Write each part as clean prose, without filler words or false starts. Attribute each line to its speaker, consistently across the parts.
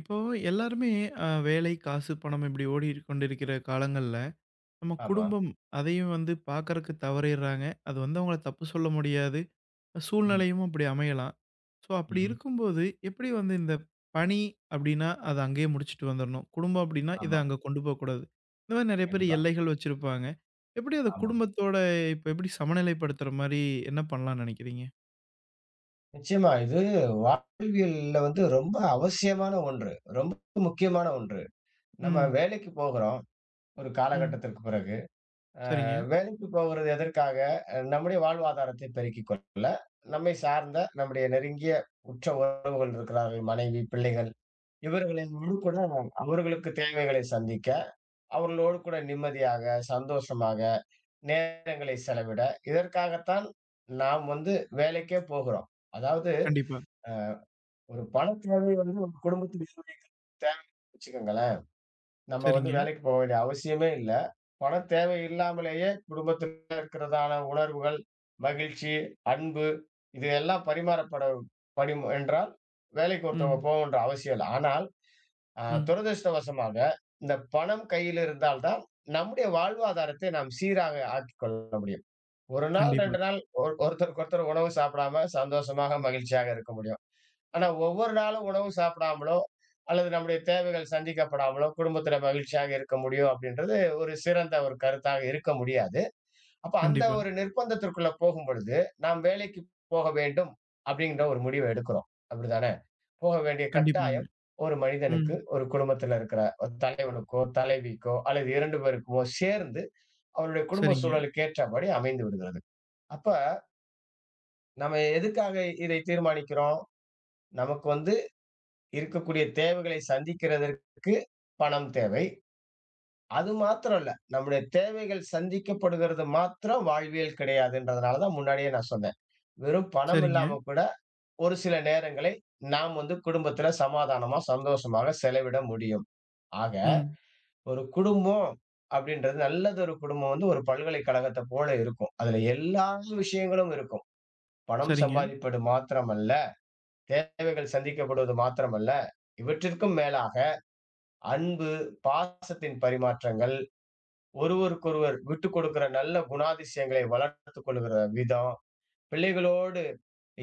Speaker 1: இப்போ எல்லாருமே வேலை, காசு, பணம் இப்படி ஓடிக் கொண்டிருக்கிற காலங்கள்ல, நம்ம
Speaker 2: ஆமா.
Speaker 1: குடும்பம் அதையும் வந்து பார்க்கறக்கு தவறிடுறாங்க. அது வந்து அவங்கள தப்பு சொல்ல முடியாது.
Speaker 2: ம்.
Speaker 1: சூழ்நிலையும் அப்படி அமையலாம். ஸோ அப்படி
Speaker 2: ம்ஹ்ம்.
Speaker 1: இருக்கும்போது, எப்படி வந்து இந்த பணி அப்படின்னா, அத அங்கேயே முடிச்சுட்டு வந்துரணும். குடும்பம் அப்படின்னா, இத
Speaker 2: ஆமா.
Speaker 1: அங்க கொண்டு போகக்கூடாது. இந்த மாரி நெறைய பேர்
Speaker 2: கண்டிப்பா.
Speaker 1: எல்லைகள் வச்சிருப்பாங்க. எப்படி அத
Speaker 2: ஆமா.
Speaker 1: குடும்பத்தோட இப்ப எப்படி சமநிலைப்படுத்துற மாரி என்ன பண்ணலாம்னு நெனைக்கிறீங்க?
Speaker 2: நிச்சயமா. இது வாழ்வியல்ல வந்து ரொம்ப அவசியமான ஒன்று. ரொம்ப முக்கியமான ஒன்று. நம்ம
Speaker 1: ம்,
Speaker 2: வேலைக்கு போகிறோம். ஒரு
Speaker 1: ம்.
Speaker 2: காலகட்டத்திற்கு பிறகு.
Speaker 1: சரிங்க.
Speaker 2: வேலைக்கு போகிறது எதற்காக? நம்முடைய வாழ்வாதாரத்தை பெருக்கிக் கொள்ள, நம்மை சார்ந்த நம்முடைய நெருங்கிய உற்ற உறவுகள் இருக்கிறார்கள். மனைவி, பிள்ளைகள். இவர்களின் முழு கூட அவர்களுக்கு தேவைகளை சந்திக்க, அவர்களோடு கூட நிம்மதியாக, சந்தோஷமாக நேரங்களை செலவிட, இதற்காகத்தான் நாம் வந்து வேலைக்கே போகிறோம். அதாவது
Speaker 1: கண்டிப்பா.
Speaker 2: ஒரு பணத் தேவை வந்து ஒரு குடும்பத்துக்கு தேவைன்னு வச்சுக்கோங்களேன். நம்ம வந்து
Speaker 1: சரிங்க.
Speaker 2: வேலைக்கு போக வேண்டிய அவசியமே இல்ல. பணத் தேவை இல்லாமலேயே குடும்பத்தில இருக்கிறதான உணர்வுகள், மகிழ்ச்சி, அன்பு இது எல்லாம் பரிமாறப்பட படும் என்றால், வேலைக்கு ஒருத்தவங்க
Speaker 1: ம்,
Speaker 2: போகணுன்ற அவசியம் இல்ல. ஆனால்
Speaker 1: ம்.
Speaker 2: துரதிர்ஷ்டவசமாக இந்த பணம் கையில் இருந்தால் தான் நம்முடைய வாழ்வாதாரத்தை நாம் சீராக ஆக்கிக் கொள்ள முடியும். 1 நாள்,
Speaker 1: கண்டிப்பா,
Speaker 2: 2 நாள் ஒரு ஒருத்தருக்கு ஒருத்தர் உணவு சாப்பிடாம சந்தோஷமாக, மகிழ்ச்சியாக இருக்க முடியும். ஆனா ஒவ்வொரு நாளும் உணவு சாப்பிடாமலோ, அல்லது நம்முடைய தேவைகள் சந்திக்கப்படாமலோ, குடும்பத்தில மகிழ்ச்சியாக இருக்க முடியும் அப்படின்றது ஒரு சிறந்த ஒரு கருத்தாக இருக்க முடியாது. அப்ப அந்த
Speaker 1: கண்டிப்பா.
Speaker 2: ஒரு நிர்பந்தத்திற்குள்ள போகும்பொழுது, நாம் வேலைக்கு போக வேண்டும் அப்படிங்கிற ஒரு முடிவை எடுக்கிறோம். அப்படிதானே? போக வேண்டிய
Speaker 1: கண்டிப்பாங்க.
Speaker 2: கட்டாயம் ஒரு
Speaker 1: ம்.
Speaker 2: மனிதனுக்கு, ஒரு குடும்பத்தில இருக்கிற ஒரு தலைவனுக்கோ, தலைவிக்கோ அல்லது 2 பேருக்குமோ சேர்ந்து அவருடைய குடும்ப
Speaker 1: சரிங்க,
Speaker 2: சூழலுக்கு ஏற்றபடி அமைந்து விடுகிறது. அப்ப நம்ம எதுக்காக இதை தீர்மானிக்கிறோம்? நமக்கு வந்து இருக்கக்கூடிய தேவைகளை சந்திக்கிறதற்கு பணம் தேவை. அது மாத்திரம் இல்ல. நம்முடைய தேவைகள் சந்திக்கப்படுகிறது மாத்திரம் வாழ்வியல் கிடையாதுன்றதுனால தான் முன்னாடியே நான் சொன்னேன். வெறும் பணம்
Speaker 1: சரிங்க.
Speaker 2: இல்லாம கூட ஒரு சில நேரங்களை நாம் வந்து குடும்பத்துல சமாதானமா, சந்தோஷமாக செலவிட முடியும். ஆக
Speaker 1: ம்.
Speaker 2: ஒரு குடும்பம் அப்படின்றது நல்லதொரு குடும்பம் வந்து ஒரு பல்கலைக்கழகத்த போல இருக்கும். அதுல எல்லா விஷயங்களும் இருக்கும். பணம்
Speaker 1: சரிங்க.
Speaker 2: சம்பாதிப்பது மாத்திரமல்ல. தேவைகள் சந்திக்கப்படுவது மாத்திரமல்ல, இவற்றிற்கும் மேலாக அன்பு, பாசத்தின் பரிமாற்றங்கள், ஒருவருக்கொருவர் விட்டுக்கொடுக்கிற நல்ல குணாதிசயங்களை வளர்த்துக் கொள்கிற விதம், பிள்ளைகளோடு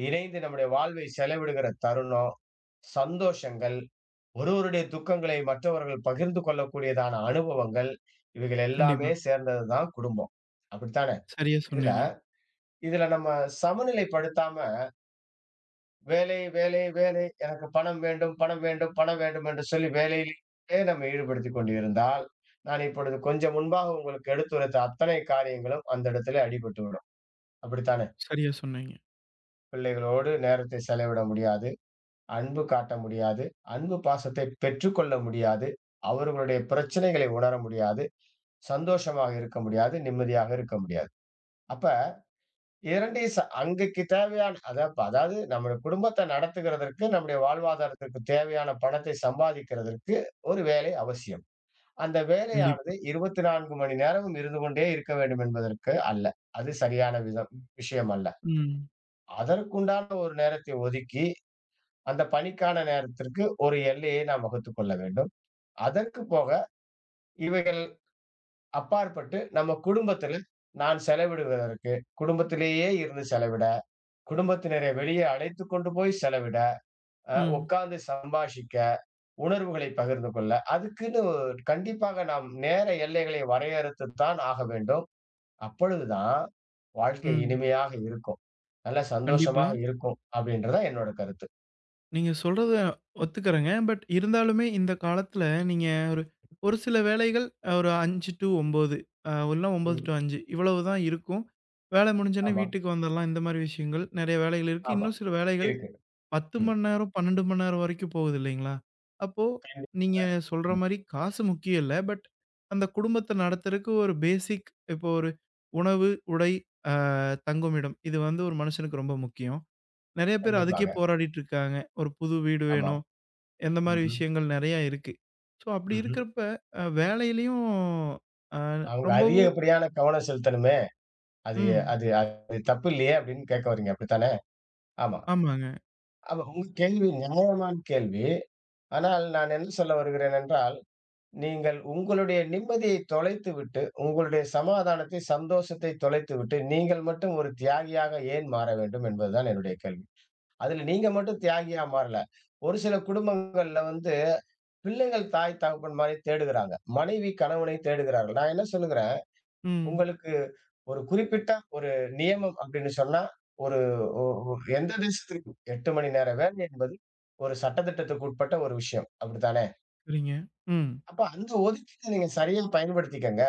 Speaker 2: இணைந்து நம்முடைய வாழ்வை செலவிடுகிற தருணம், சந்தோஷங்கள், ஒருவருடைய துக்கங்களை மற்றவர்கள் பகிர்ந்து கொள்ளக்கூடியதான அனுபவங்கள், இவைகள் எல்லாமே
Speaker 1: கண்டிப்பா.
Speaker 2: சேர்ந்ததுதான் குடும்பம். அப்படித்தானே?
Speaker 1: சரியா
Speaker 2: இதுல
Speaker 1: சொன்னீங்க,
Speaker 2: இதுல நம்ம சமநிலைப்படுத்தாம வேலை, வேலை, வேலை. எனக்கு பணம் வேண்டும், பணம் வேண்டும், பணம் வேண்டும் என்று சொல்லி வேலையிலே நம்மை ஈடுபடுத்திக் கொண்டிருந்தால், நான் இப்பொழுது கொஞ்சம் முன்பாக உங்களுக்கு எடுத்துரைத்த அத்தனை காரியங்களும் அந்த இடத்திலே அடிபட்டுவிடும். அப்படித்தானே?
Speaker 1: சரியா சொன்னீங்க.
Speaker 2: பிள்ளைகளோடு நேரத்தை செலவிட முடியாது. அன்பு காட்ட முடியாது. அன்பு பாசத்தை பெற்றுக்கொள்ள முடியாது. அவர்களுடைய பிரச்சனைகளை உணர முடியாது. சந்தோஷமாக இருக்க முடியாது. நிம்மதியாக இருக்க முடியாது. அப்ப 2 ச அங்கக்கு தேவையான அதாப்ப அதாவது நம்முடைய குடும்பத்த நடத்துகிறதற்கு, நம்முடைய வாழ்வாதாரத்திற்கு தேவையான பணத்தை சம்பாதிக்கிறதற்கு ஒரு வேலை அவசியம். அந்த வேலையானது
Speaker 1: கண்டிப்பா.
Speaker 2: 24 மணி நேரமும் இருந்து கொண்டே இருக்க வேண்டும் என்பதற்கு அல்ல. அது சரியான விஷயம் அல்ல.
Speaker 1: ம்,
Speaker 2: அதற்குண்டான ஒரு நேரத்தை ஒதுக்கி, அந்த பணிக்கான நேரத்திற்கு ஒரு எல்லையை நாம் வகுத்துக் கொள்ள வேண்டும். அதற்கு போக இவைகள் அப்பாற்பட்டு நம்ம குடும்பத்தில நான் செலவிடுவதற்கு, குடும்பத்திலேயே இருந்து செலவிட குடும்பத்தினரை வெளியே அழைத்துக் கொண்டு போய் செலவிட,
Speaker 1: ம்,
Speaker 2: உட்கார்ந்து சம்பாஷிக்க, உணர்வுகளை பகிர்ந்து கொள்ள, அதுக்குன்னு கண்டிப்பாக நாம் நேர எல்லைகளை வரையறுத்துத்தான் ஆக வேண்டும். அப்பொழுதுதான் வாழ்க்கை
Speaker 1: ம்.
Speaker 2: இனிமையாக இருக்கும். நல்ல
Speaker 1: கண்டிப்பா.
Speaker 2: சந்தோஷமாக இருக்கும் அப்படின்றது தான் என்னோட கருத்து.
Speaker 1: நீங்க சொல்றத ஒத்துக்கிறேங்க. பட் இருந்தாலுமே இந்த காலத்துல நீங்க ஒரு ஒரு சில வேலைகள் ஒரு 5 டூ 9 இல்ல 9
Speaker 2: ம்.
Speaker 1: டூ 5 இவ்வளவு தான் இருக்கும். வேலை முடிஞ்சோனே
Speaker 2: ஆமா,
Speaker 1: வீட்டுக்கு வந்துரலாம். இந்த மாரி விஷயங்கள் நெறைய வேலைகள் இருக்கு.
Speaker 2: ஆமா.
Speaker 1: இன்னும் சில வேலைகள்
Speaker 2: இருக்கு.
Speaker 1: 10
Speaker 2: ம்.
Speaker 1: மணி நேரம், 12 மணி நேரம் வரைக்கும் போகுது இல்லைங்களா? அப்போ
Speaker 2: கண்டி
Speaker 1: நீங்க சொல்ற
Speaker 2: ம்.
Speaker 1: மாரி காசு முக்கியம் இல்ல. பட் அந்த குடும்பத்த நடத்துறக்கு ஒரு பேசிக் இப்போ ஒரு உணவு, உடை, அ தங்குமிடம் இது வந்து ஒரு மனுஷனுக்கு ரொம்ப முக்கியம். நெறைய பேர் அதுக்கே
Speaker 2: கண்டிப்பாக.
Speaker 1: போராடிட்டு இருக்காங்க. ஒரு புது வீடு
Speaker 2: ஆமா.
Speaker 1: வேணும். இந்த மாரி
Speaker 2: ம்ஹ்ம்.
Speaker 1: விஷயங்கள் நெறையா இருக்கு. ஸோ அப்படி
Speaker 2: ம்ஹ்ம்.
Speaker 1: இருக்கிறப்ப வேலையிலயும் அ
Speaker 2: அவங்க
Speaker 1: ரொம்பவும்
Speaker 2: அதிகப்படியான கவனம் செலுத்தணுமே! அது
Speaker 1: ம்.
Speaker 2: அது அது தப்பு இல்லையே! அப்படின்னு கேட்க வர்றீங்க அப்படித்தானே? ஆமா.
Speaker 1: ஆமாங்க.
Speaker 2: ஆமா. உங்க கேள்வி நியாயமான கேள்வி. ஆனால் நான் என்ன சொல்ல வருகிறேன் என்றால், நீங்கள் உங்களுடைய நிம்மதியை தொலைத்துவிட்டு, உங்களுடைய சமாதானத்தை, சந்தோஷத்தை தொலைத்துவிட்டு, நீங்கள் மட்டும் ஒரு தியாகியாக ஏன் மாற வேண்டும் என்பதுதான் என்னுடைய கேள்வி. அதுல நீங்க மட்டும் தியாகியா மாறல. ஒரு சில குடும்பங்கள்ல வந்து பிள்ளைகள் தாய், தகப்பன்மாரை தேடுகிறாங்க. மனைவி கணவனை தேடுகிறார்கள். நான் என்ன சொல்லுகிறேன்,
Speaker 1: ம்.
Speaker 2: உங்களுக்கு ஒரு குறிப்பிட்ட ஒரு நியமம் அப்படின்னு சொன்னா, ஒரு ஒ ஒ எந்த தேசத்திலும் 8 மணி நேர வேலை என்பது ஒரு சட்டதிட்டத்துக்கு உட்பட்ட ஒரு விஷயம். அப்படித்தானே?
Speaker 1: சரிங்க. ம்.
Speaker 2: அப்ப அந்த ஒதுக்கீட நீங்க சரியா பயன்படுத்திக்கங்க.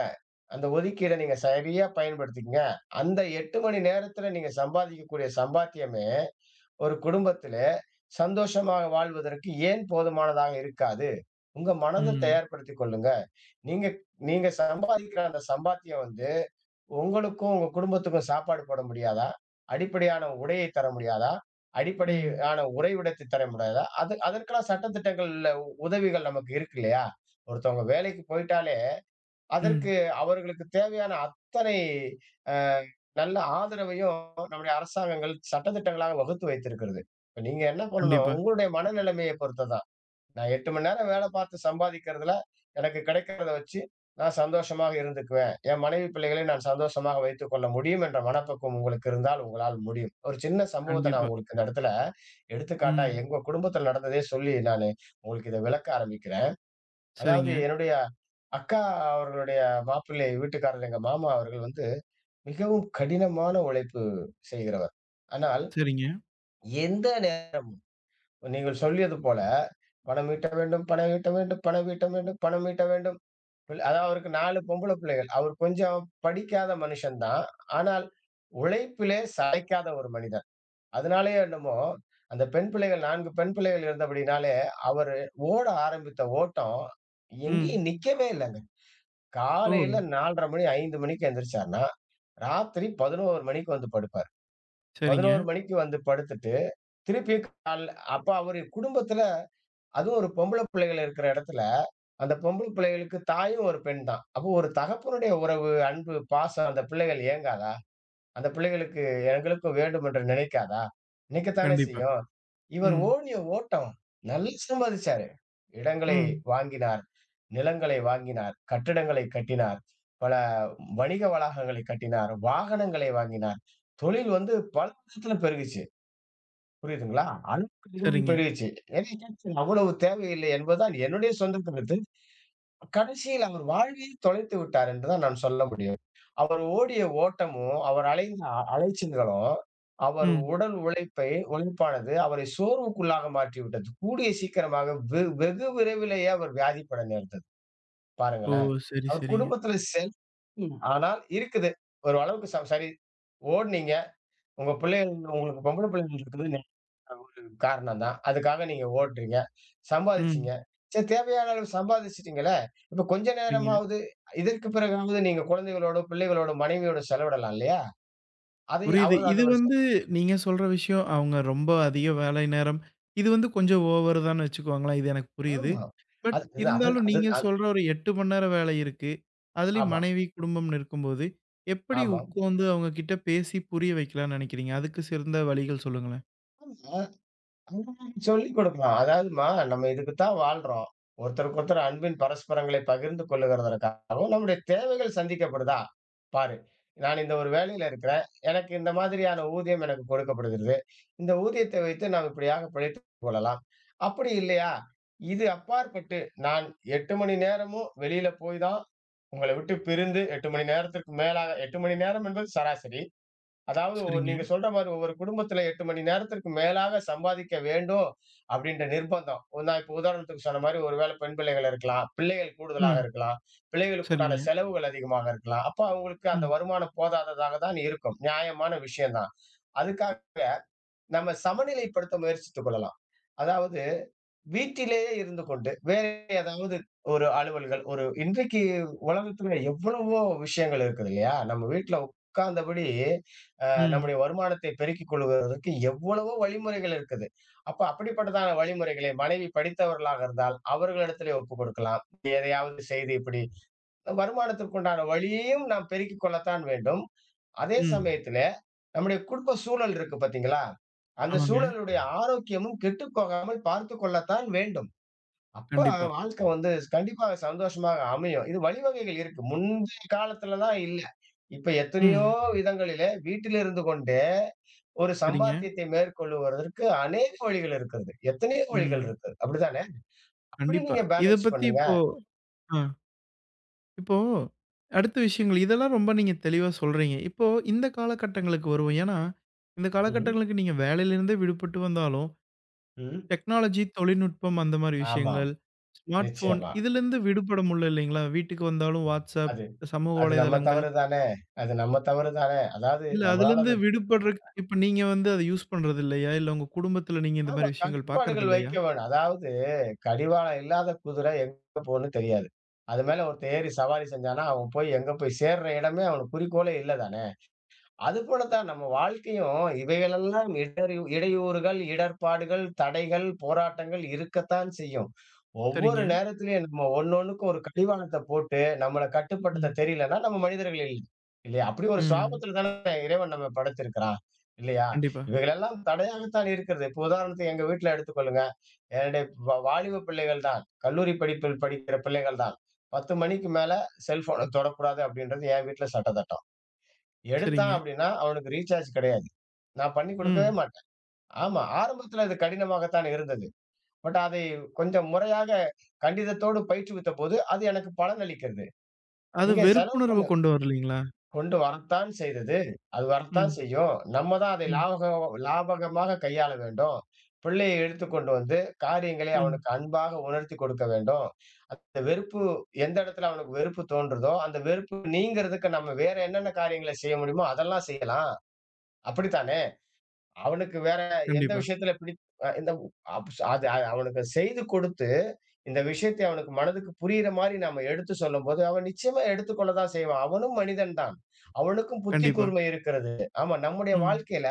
Speaker 2: அந்த ஒதுக்கீட நீங்க சரியா பயன்படுத்திக்கங்க. அந்த 8 மணி நேரத்துல நீங்க சம்பாதிக்கக்கூடிய சம்பாத்தியமே, ஒரு குடும்பத்திலே சந்தோஷமாக வாழ்வதற்கு ஏன் போதுமானதாக இருக்காது? உங்க மனத
Speaker 1: ம்.
Speaker 2: தயார்படுத்திக் கொள்ளுங்க. நீங்க நீங்க சம்பாதிக்கிற அந்த சம்பாத்தியம் வந்து உங்களுக்கும், உங்க குடும்பத்துக்கும் சாப்பாடு போட முடியாதா? அடிப்படையான உடையை தர முடியாதா?
Speaker 1: ம்.
Speaker 2: அடிப்படையான உறைவிடத்தை தர முடியாதா? அது அதற்கெல்லாம் சட்டதிட்டங்கள்ல உதவிகள் நமக்கு இருக்கு இல்லையா? ஒருத்தவங்க வேலைக்கு போயிட்டாலே, அதற்கு
Speaker 1: ம்.
Speaker 2: அவர்களுக்கு தேவையான அத்தனை அ நல்ல ஆதரவையும் நம்முடைய அரசாங்கங்கள் சட்டதிட்டங்களாக வகுத்து வைத்திருக்கிறது. இப்ப நீங்க என்ன பண்ணணும்?
Speaker 1: கண்டிப்பா,
Speaker 2: உங்களுடைய மனநிலைமையை பொறுத்தது தான். நான் 8 மணி நேரம் வேலை பார்த்து சம்பாதிக்கிறதுல, எனக்கு கிடைக்கிறத வச்சு நான் சந்தோஷமாக இருந்துக்குவேன். என் மனைவி, பிள்ளைகளை நான் சந்தோஷமாக வைத்துக்கொள்ள முடியும் என்ற மனப்பக்குவம் உங்களுக்கு இருந்தால் உங்களால் முடியும். ஒரு சின்ன சம்பவத்த நான்
Speaker 1: கண்டிப்பா.
Speaker 2: உங்களுக்கு இந்த இடத்துல எடுத்துக்காட்டா
Speaker 1: ம்.
Speaker 2: எங்க குடும்பத்துல நடந்ததே சொல்லி நானு உங்களுக்கு இத விளக்க ஆரம்பிக்கிறேன். அதாவது
Speaker 1: சரிங்க,
Speaker 2: என்னுடைய அக்கா அவர்களுடைய மாப்பிள்ளை வீட்டுக்காரர் எங்க மாமா அவர்கள் வந்து மிகவும் கடினமான உழைப்பு செய்கிறவர். ஆனால்
Speaker 1: சரிங்க.
Speaker 2: எந்த நே நீங்கள் சொல்லியது போல பணம் ஈட்ட வேண்டும், பணம் ஈட்ட வேண்டும், பணம் ஈட்ட வேண்டும், பணம் ஈட்ட வேண்டும். அதாவது அவருக்கு 4 பொம்பள பிள்ளைகள். அவர் கொஞ்சம் படிக்காத மனுஷன்தான். ஆனால் உழைப்பிலே சளைக்காத ஒரு மனிதர். அதனாலயோ என்னமோ, அந்த பெண் பிள்ளைகள் 4 பெண் பிள்ளைகள் இருந்தபடினாலே, அவரு ஓட ஆரம்பித்த ஓட்டம்
Speaker 1: ம்.
Speaker 2: எங்கேயும் நிக்கவே இல்லங்க.
Speaker 1: ஓ!
Speaker 2: காலையில 4:30 மணி, 5 மணிக்கு எந்திரிச்சார்ன்னா, ராத்திரி 11 மணிக்கு வந்து படுப்பார்.
Speaker 1: சரிங்க.
Speaker 2: 11 மணிக்கு வந்து படுத்துட்டு, திருப்பியும் கால் அப்ப அவரு குடும்பத்துல அதுவும் ஒரு பொம்பள பிள்ளைகள் இருக்கிற இடத்துல, அந்த பொம்பள பிள்ளைகளுக்கு தாயும் ஒரு பெண் தான். அப்போ ஒரு தகப்பனுடைய உறவு, அன்பு, பாசம் அந்த பிள்ளைகள் ஏங்காதா? அந்த பிள்ளைகளுக்கு எங்களுக்கும் வேண்டும் என்று நினைக்காதா? நினைக்கத்தானே
Speaker 1: கண்டிப்பா.
Speaker 2: செய்யும். இவர்
Speaker 1: ம்,
Speaker 2: ஓடிய ஓட்டம் நல்லா சம்பாதிச்சாரு. இடங்களை
Speaker 1: ம்.
Speaker 2: வாங்கினார், நிலங்களை வாங்கினார், கட்டிடங்களை கட்டினார், பல வணிக வளாகங்களை கட்டினார், வாகனங்களை வாங்கினார். தொழில் வந்து பல விதத்துல பெருகுச்சு. புரியுதுங்களா? அளவுக்கு அதிகமா
Speaker 1: சரிங்க.
Speaker 2: பெருகுச்சு. என்னைய கேட்டீங்க அவ்வளவு தேவையில்லை என்பதுதான் என்னுடைய சொந்த கருத்து. கடைசியில் அவர் வாழ்வையே தொலைத்து விட்டார் என்றுதான் நான் சொல்ல முடியும். அவர் ஓடிய ஓட்டமும், அவர் அலைந்த அலைச்சல்களும், அவர்
Speaker 1: ம்.
Speaker 2: உடல் உழைப்பை உழைப்பானது அவரை சோர்வுக்குள்ளாக மாற்றிவிட்டது. கூடிய சீக்கிரமாக வெகு விரைவிலேயே அவர் வியாதிப்பட நேர்ந்தது.
Speaker 1: ஓ!
Speaker 2: பாருங்களேன்.
Speaker 1: சரி,
Speaker 2: அவர்
Speaker 1: சரிங்க.
Speaker 2: குடும்பத்தில செல் ம். ஆனால் இருக்குது. ஒரு அளவுக்கு சரி ஓடுனீங்க. உங்க பிள்ளைகள் உங்களுக்கு பொம்பள பிள்ளைகள் இருக்குது. ஒரு காரணம் தான். அதுக்காக நீங்க ஓடுறீங்க.
Speaker 1: ம்.
Speaker 2: சம்பாதிச்சீங்க. சரி தேவையான அளவு சம்பாதிச்சுட்டீங்களே! இப்ப கொஞ்ச
Speaker 1: சரிங்க.
Speaker 2: நேரமாவது இதற்கு பிறகாவது நீங்க குழந்தைகளோட, பிள்ளைகளோட, மனைவியோட செலவிடலாம் இல்லையா? அதை
Speaker 1: புரியுது.
Speaker 2: அவ அது
Speaker 1: இது
Speaker 2: ஒரு செ-
Speaker 1: வந்து நீங்க சொல்ற விஷயம் அவங்க ரொம்ப அதிக வேலை நேரம். இது வந்து கொஞ்சம் ஓவர் தான்னு வச்சுக்கோங்களேன். இது எனக்கு புரியுது.
Speaker 2: ஆமா.
Speaker 1: பட்
Speaker 2: அது அது அது
Speaker 1: இருந்தாலும்
Speaker 2: அது
Speaker 1: நீங்க
Speaker 2: அது-
Speaker 1: சொல்ற ஒரு 8 மணி நேரம் வேலை இருக்கு. அதுலயும்
Speaker 2: ஆமா,
Speaker 1: மனைவி, குடும்பம்னு இருக்கும்போது, எப்படி
Speaker 2: ஆமா.
Speaker 1: உட்காந்து அவங்க கிட்ட பேசி புரிய வைக்கலாம்னு நெனைக்கிறீங்க? அதுக்கு சிறந்த வழிகள் சொல்லுங்களேன்.
Speaker 2: ஆமா. சொல்லிக் கொடுக்கலாம். அதாவதும்மா, நம்ம இதுக்கு தான் வாழ்றோம். ஒருத்தருக்கு ஒருத்தர் அன்பின் பரஸ்பரங்களை பகிர்ந்து கொள்ளுகிறதற்காகவும், நம்முடைய தேவைகள் சந்திக்கப்படுதா? பாரு, நான் இந்த ஒரு வேலையில இருக்கிறேன். எனக்கு இந்த மாதிரியான ஊதியம் எனக்கு கொடுக்கப்படுகிறது. இந்த ஊதியத்தை வைத்து நாம் இப்படியாக பிழைத்துக் கொள்ளலாம். அப்படி இல்லையா? இது அப்பாற்பட்டு நான் 8 மணி நேரமும் வெளியில போய் தான் உங்கள விட்டு பிரிந்து 8 மணி நேரத்திற்கு மேலாக 8 மணி நேரம் என்பது சராசரி. அதாவது
Speaker 1: சரிங்க.
Speaker 2: நீங்க சொல்ற மாரி ஒரு குடும்பத்துல 8 மணி நேரத்திற்கு மேலாக சம்பாதிக்க வேண்டும் அப்படின்ற நிர்பந்தம். நான் இப்ப உதாரணத்துக்கு சொன்ன மாரி ஒரு வேளை பெண் பிள்ளைகள் இருக்கலாம். பிள்ளைகள் கூடுதலாக
Speaker 1: ம்.
Speaker 2: இருக்கலாம். பிள்ளைகளுக்கு உண்டான
Speaker 1: சரிங்க.
Speaker 2: செலவுகள் அதிகமாக இருக்கலாம். அப்ப அவங்களுக்கு அந்த
Speaker 1: ம்,
Speaker 2: வருமானம் போதாததாக தான் இருக்கும். நியாயமான விஷயம் தான். அதுக்காக நம்ம சமநிலைப்படுத்த முயற்சித்துக் கொள்ளலாம். அதாவது வீட்டிலேயே இருந்து கொண்டு வேற ஏதாவது ஒரு அலுவல்கள் ஒரு இன்றைக்கு உலகத்துல எவ்வளவோ விஷயங்கள் இருக்குது இல்லையா? நம்ம வீட்ல உட்கார்ந்தபடி
Speaker 1: ம்,
Speaker 2: நம்முடைய வருமானத்தை பெருக்கிக் கொள்வதற்கு எவ்வளவோ வழிமுறைகள் இருக்குது. அப்ப அப்படிப்பட்டதான வழிமுறைகளை மனைவி படித்தவர்களாக இருந்தால், அவர்களிடத்திலே ஒப்புக் கொடுக்கலாம். எதையாவது செய்து இப்படி வருமானத்திற்குண்டான வழியையும் நாம் பெருக்கிக் கொள்ளத்தான் வேண்டும். அதே
Speaker 1: ம்.
Speaker 2: சமயத்திலே நம்முடைய குடும்ப சூழல் இருக்கு பார்த்தீங்களா? அந்த
Speaker 1: ஆமாங்க.
Speaker 2: சூழலுடைய ஆரோக்கியமும் கெட்டுப் போகாமல் பார்த்துக் கொள்ளத்தான் வேண்டும். அப்ப
Speaker 1: கண்டிப்பா.
Speaker 2: வாழ்க்கை வந்து கண்டிப்பா சந்தோஷமாக அமையும். இது வழிவகைகள் இருக்கு. முந்தைய காலத்துலலாம் இல்ல. இப்ப எத்தனையோ
Speaker 1: ம்.
Speaker 2: விதங்களிலே வீட்டிலிருந்து கொண்டே ஒரு
Speaker 1: சரிங்க.
Speaker 2: சம்பாத்தியத்தை மேற்கொள்ளுவதற்கு அநேக வழிகள் இருக்கிறது. எத்தனையோ வழிகள்
Speaker 1: ம்.
Speaker 2: இருக்கு. அப்படிதானே? அப்படி
Speaker 1: கண்டிப்பா.
Speaker 2: நீங்க
Speaker 1: இத
Speaker 2: பேலன்ஸ்
Speaker 1: பத்தி
Speaker 2: பண்ணுங்க.
Speaker 1: இப்போ ஆ இப்போ அடுத்த விஷயங்கள் இதெல்லாம் ரொம்ப நீங்க தெளிவா சொல்றீங்க. இப்போ இந்த காலகட்டங்களுக்கு வருவோம். ஏன்னா, இந்த
Speaker 2: ம்ஹ்ம்.
Speaker 1: காலகட்டங்களுக்கு நீங்க வேலையிலிருந்தே விடுபட்டு வந்தாலும்,
Speaker 2: ம்.
Speaker 1: டெக்னாலஜி, தொழில்நுட்பம் அந்த மாரி
Speaker 2: ஆமாம்.
Speaker 1: விஷயங்கள், ஸ்மார்ட் ஃபோன்
Speaker 2: நிச்சயமா.
Speaker 1: இதுலருந்து விடுபட முடியல இல்லைங்களா? வீட்டுக்கு வந்தாலும் WhatsApp,
Speaker 2: அது
Speaker 1: சமூக
Speaker 2: அது நம்ம
Speaker 1: வலைதளங்கள்
Speaker 2: தவறு தானே! அது நம்ம தவறு தானே! அதாவது
Speaker 1: இல்ல
Speaker 2: நம்மளால
Speaker 1: அதுலருந்து
Speaker 2: அது
Speaker 1: விடுபடுறக்கு இப்ப நீங்க வந்து அத யூஸ் பண்றது இல்லையா? இல்ல உங்க குடும்பத்துல நீங்க இந்த
Speaker 2: ஆமா
Speaker 1: மாரி விஷயங்கள் பார்க்கறது
Speaker 2: கட்டுப்பாடுகள் வைக்க
Speaker 1: இல்லையா?
Speaker 2: வேணும். அதாவது கடிவாளம் இல்லாத குதிரை எங்க போகும்ன்னு தெரியாது. அது மேல ஒருத்தன் ஏறி சவாரி செஞ்சான்னா, அவன் போய் எங்க போய் சேர்ற இடமே அவனுக்கு குறிக்கோளே இல்ல தானே! அதுபோலத்தான் நம்ம வாழ்க்கையும் இவைகளெல்லாம் இடையூறுகள், இடர்பாடுகள், தடைகள், போராட்டங்கள் இருக்கத்தான் செய்யும். ஒவ்வொரு
Speaker 1: சரிங்க.
Speaker 2: நேரத்திலயும் நம்ம ஒண்ணொண்ணுக்கும் ஒரு கடிவாளத்த போட்டு, நம்மள கட்டுப்படுத்த
Speaker 1: ம்.
Speaker 2: தெரியலன்னா, நம்ம மனிதர்கள் இல்லை. இல்லையா? அப்படி ஒரு
Speaker 1: ம்.
Speaker 2: சுவாபத்துல தானே இறைவன் நம்மை படைத்திருக்கிறான். இல்லையா?
Speaker 1: கண்டிப்பா.
Speaker 2: இவைகளெல்லாம் தடையாகத்தான் இருக்கிறது. இப்போ உதாரணத்துக்கு எங்க வீட்ல எடுத்துக்கொள்ளுங்க. என்னுடைய வாலிப பிள்ளைகள் தான். கல்லூரி படிப்பில் படிக்கிற பிள்ளைகள் தான். 10 மணிக்கு மேல செல்போன தொடக்கூடாது அப்படின்றது என் வீட்ல சட்டத்திட்டம். எடுத்தான்
Speaker 1: சரிங்க.
Speaker 2: அப்படின்னா, அவனுக்கு ரீசார்ஜ் கிடையாது. நான் பண்ணி கொடுக்கவே
Speaker 1: ம்.
Speaker 2: மாட்டேன். ஆமா, ஆரம்பத்தில அது கடினமாகத்தான் இருந்தது. பட் அதை கொஞ்சம் முறையாக கண்டிதத்தோடு பயிற்றுவித்தபோது, அது எனக்கு பலனளிக்கிறது.
Speaker 1: அது
Speaker 2: நீங்க செலவு
Speaker 1: வெறுப்புணர்வு
Speaker 2: பண்ண
Speaker 1: கொண்டு வரலீங்களா?
Speaker 2: கொண்டு வரத்தான் செய்தது. அது வரத்தான்
Speaker 1: ம்,
Speaker 2: செய்யும். நம்ம தான் அதை
Speaker 1: ம்,
Speaker 2: லாபகமாக கையாள வேண்டும். பிள்ளையை எடுத்துக்கொண்டு வந்து காரியங்களை
Speaker 1: ம்.
Speaker 2: அவனுக்கு அன்பாக உணர்த்திக் கொடுக்க வேண்டும். அந்த வெறுப்பு எந்த இடத்துல அவனுக்கு வெறுப்பு தோன்றதோ, அந்த வெறுப்பு நீங்கிறதுக்கு நம்ம வேற என்னென்ன காரியங்களை செய்ய முடியுமோ, அதெல்லாம் செய்யலாம். அப்படித்தானே? அவனுக்கு வேற எந்த
Speaker 1: கண்டிப்பா,
Speaker 2: விஷயத்துல பிடி அ இந்த அப் அது அ அவனுக்கு செய்து கொடுத்து, இந்த விஷயத்தை அவனுக்கு மனதுக்கு புரியிற மாரி நாம எடுத்து சொல்லும்போது, அவன் நிச்சயமா எடுத்துக்கொள்ள தான் செய்வான். அவனும் மனிதன் தான். அவனுக்கும் புத்தி
Speaker 1: கண்டிப்பா.
Speaker 2: கூர்மை இருக்கிறது. ஆமா, நம்முடைய
Speaker 1: ம்,
Speaker 2: வாழ்க்கையில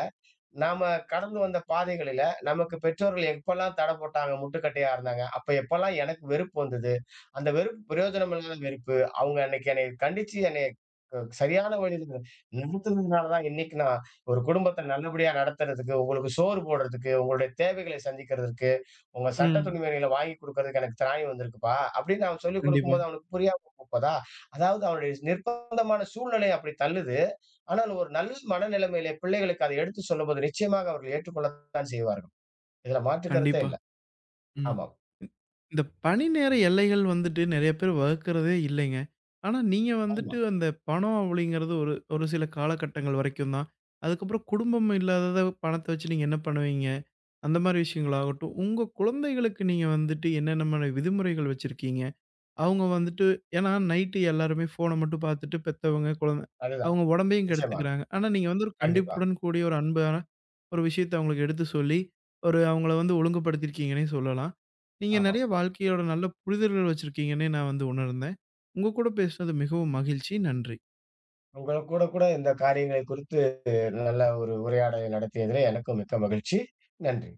Speaker 2: நாம கடந்து வந்த பாதைகளில, நமக்கு பெற்றோர்கள் எப்பல்லாம் தடை போட்டாங்க, முட்டுக்கட்டையா இருந்தாங்க, அப்ப எப்பல்லாம் எனக்கு வெறுப்பு வந்தது, அந்த வெறுப்பு பிரயோஜனம் இல்லாத வெறுப்பு. அவங்க அன்னைக்கு என்னைய கண்டிச்சு, என்னைய சரியான வழியில நடத்துனதுனால தான் இன்னைக்கு நான் ஒரு குடும்பத்த நல்லபடியா நடத்துறதுக்கு, உங்களுக்கு சோறு போடுறதுக்கு, உங்களுடைய தேவைகளை சந்திக்கிறதற்கு, உங்க சட்ட
Speaker 1: ம்.
Speaker 2: துணிமணிகள வாங்கி குடுக்கறதுக்கு எனக்கு திராணி வந்திருக்குப்பா, அப்படின்னு அவன் சொல்லிக்
Speaker 1: கண்டிப்பா,
Speaker 2: குடுக்கும்போது அவனுக்கு புரியாம போதா? அதாவது அவனுடைய நிர்பந்தமான சூழ்நிலை அப்படி தள்ளுது. ஆனால் ஒரு நல்ல மனநிலைமையிலே பிள்ளைகளுக்கு அதை எடுத்து சொல்லும்போது நிச்சயமாக அவர்கள் ஏற்றுக்கொள்ளத்தான் செய்வார்கள். இதுல மாற்று கருத்தே
Speaker 1: கண்டிப்பா.
Speaker 2: இல்ல.
Speaker 1: ம்.
Speaker 2: ஆமாம்.
Speaker 1: ம். இந்த பணி நேர எல்லைகள் வந்துட்டு நெறைய பேர் வகுக்கிறதே இல்லைங்க. ஆனா, நீங்க
Speaker 2: ஆமா.
Speaker 1: வந்துட்டு அந்த பணம் அப்படிங்கிறது ஒரு ஒரு சில காலகட்டங்கள் வரைக்கும் தான். அதுக்கப்புறம் குடும்பம் இல்லாதத பணத்த வச்சு நீங்க என்ன பண்ணுவீங்க? அந்த மாரி விஷயங்களாகட்டும், உங்க குழந்தைகளுக்கு நீங்க வந்துட்டு என்னென்ன மாரி விதிமுறைகள் வச்சிருக்கீங்க? அவங்க வந்துட்டு ஏன்னா நைட்டு எல்லாருமே ஃபோன மட்டும் பார்த்துட்டு பெத்தவங்க, குழந்த
Speaker 2: அதுதான்.
Speaker 1: அவங்க உடம்பையும்
Speaker 2: நிச்சயமாக.
Speaker 1: கெடுத்துக்கிறாங்க. ஆனா, நீங்க வந்து ஒரு
Speaker 2: கண்டிப்பா.
Speaker 1: கண்டிப்புடன் கூடிய ஒரு அன்பான ஒரு விஷயத்த அவங்களுக்கு எடுத்து சொல்லி, ஒரு அவங்கள வந்து ஒழுங்குபடுத்தியிருக்கீங்கன்னே சொல்லலாம். நீங்க
Speaker 2: ஆமாம்.
Speaker 1: நெறைய வாழ்க்கையோட நல்ல புரிதல்கள் வச்சிருக்கீங்கன்னே நான் வந்து உணர்ந்தேன். உங்க கூட பேசுனது மிகவும் மகிழ்ச்சி. நன்றி.
Speaker 2: உங்க கூட கூட இந்த காரியங்களை குறித்து நல்ல ஒரு உரையாடலை நடத்தியதிலே எனக்கும் மிக்க மகிழ்ச்சி. நன்றி.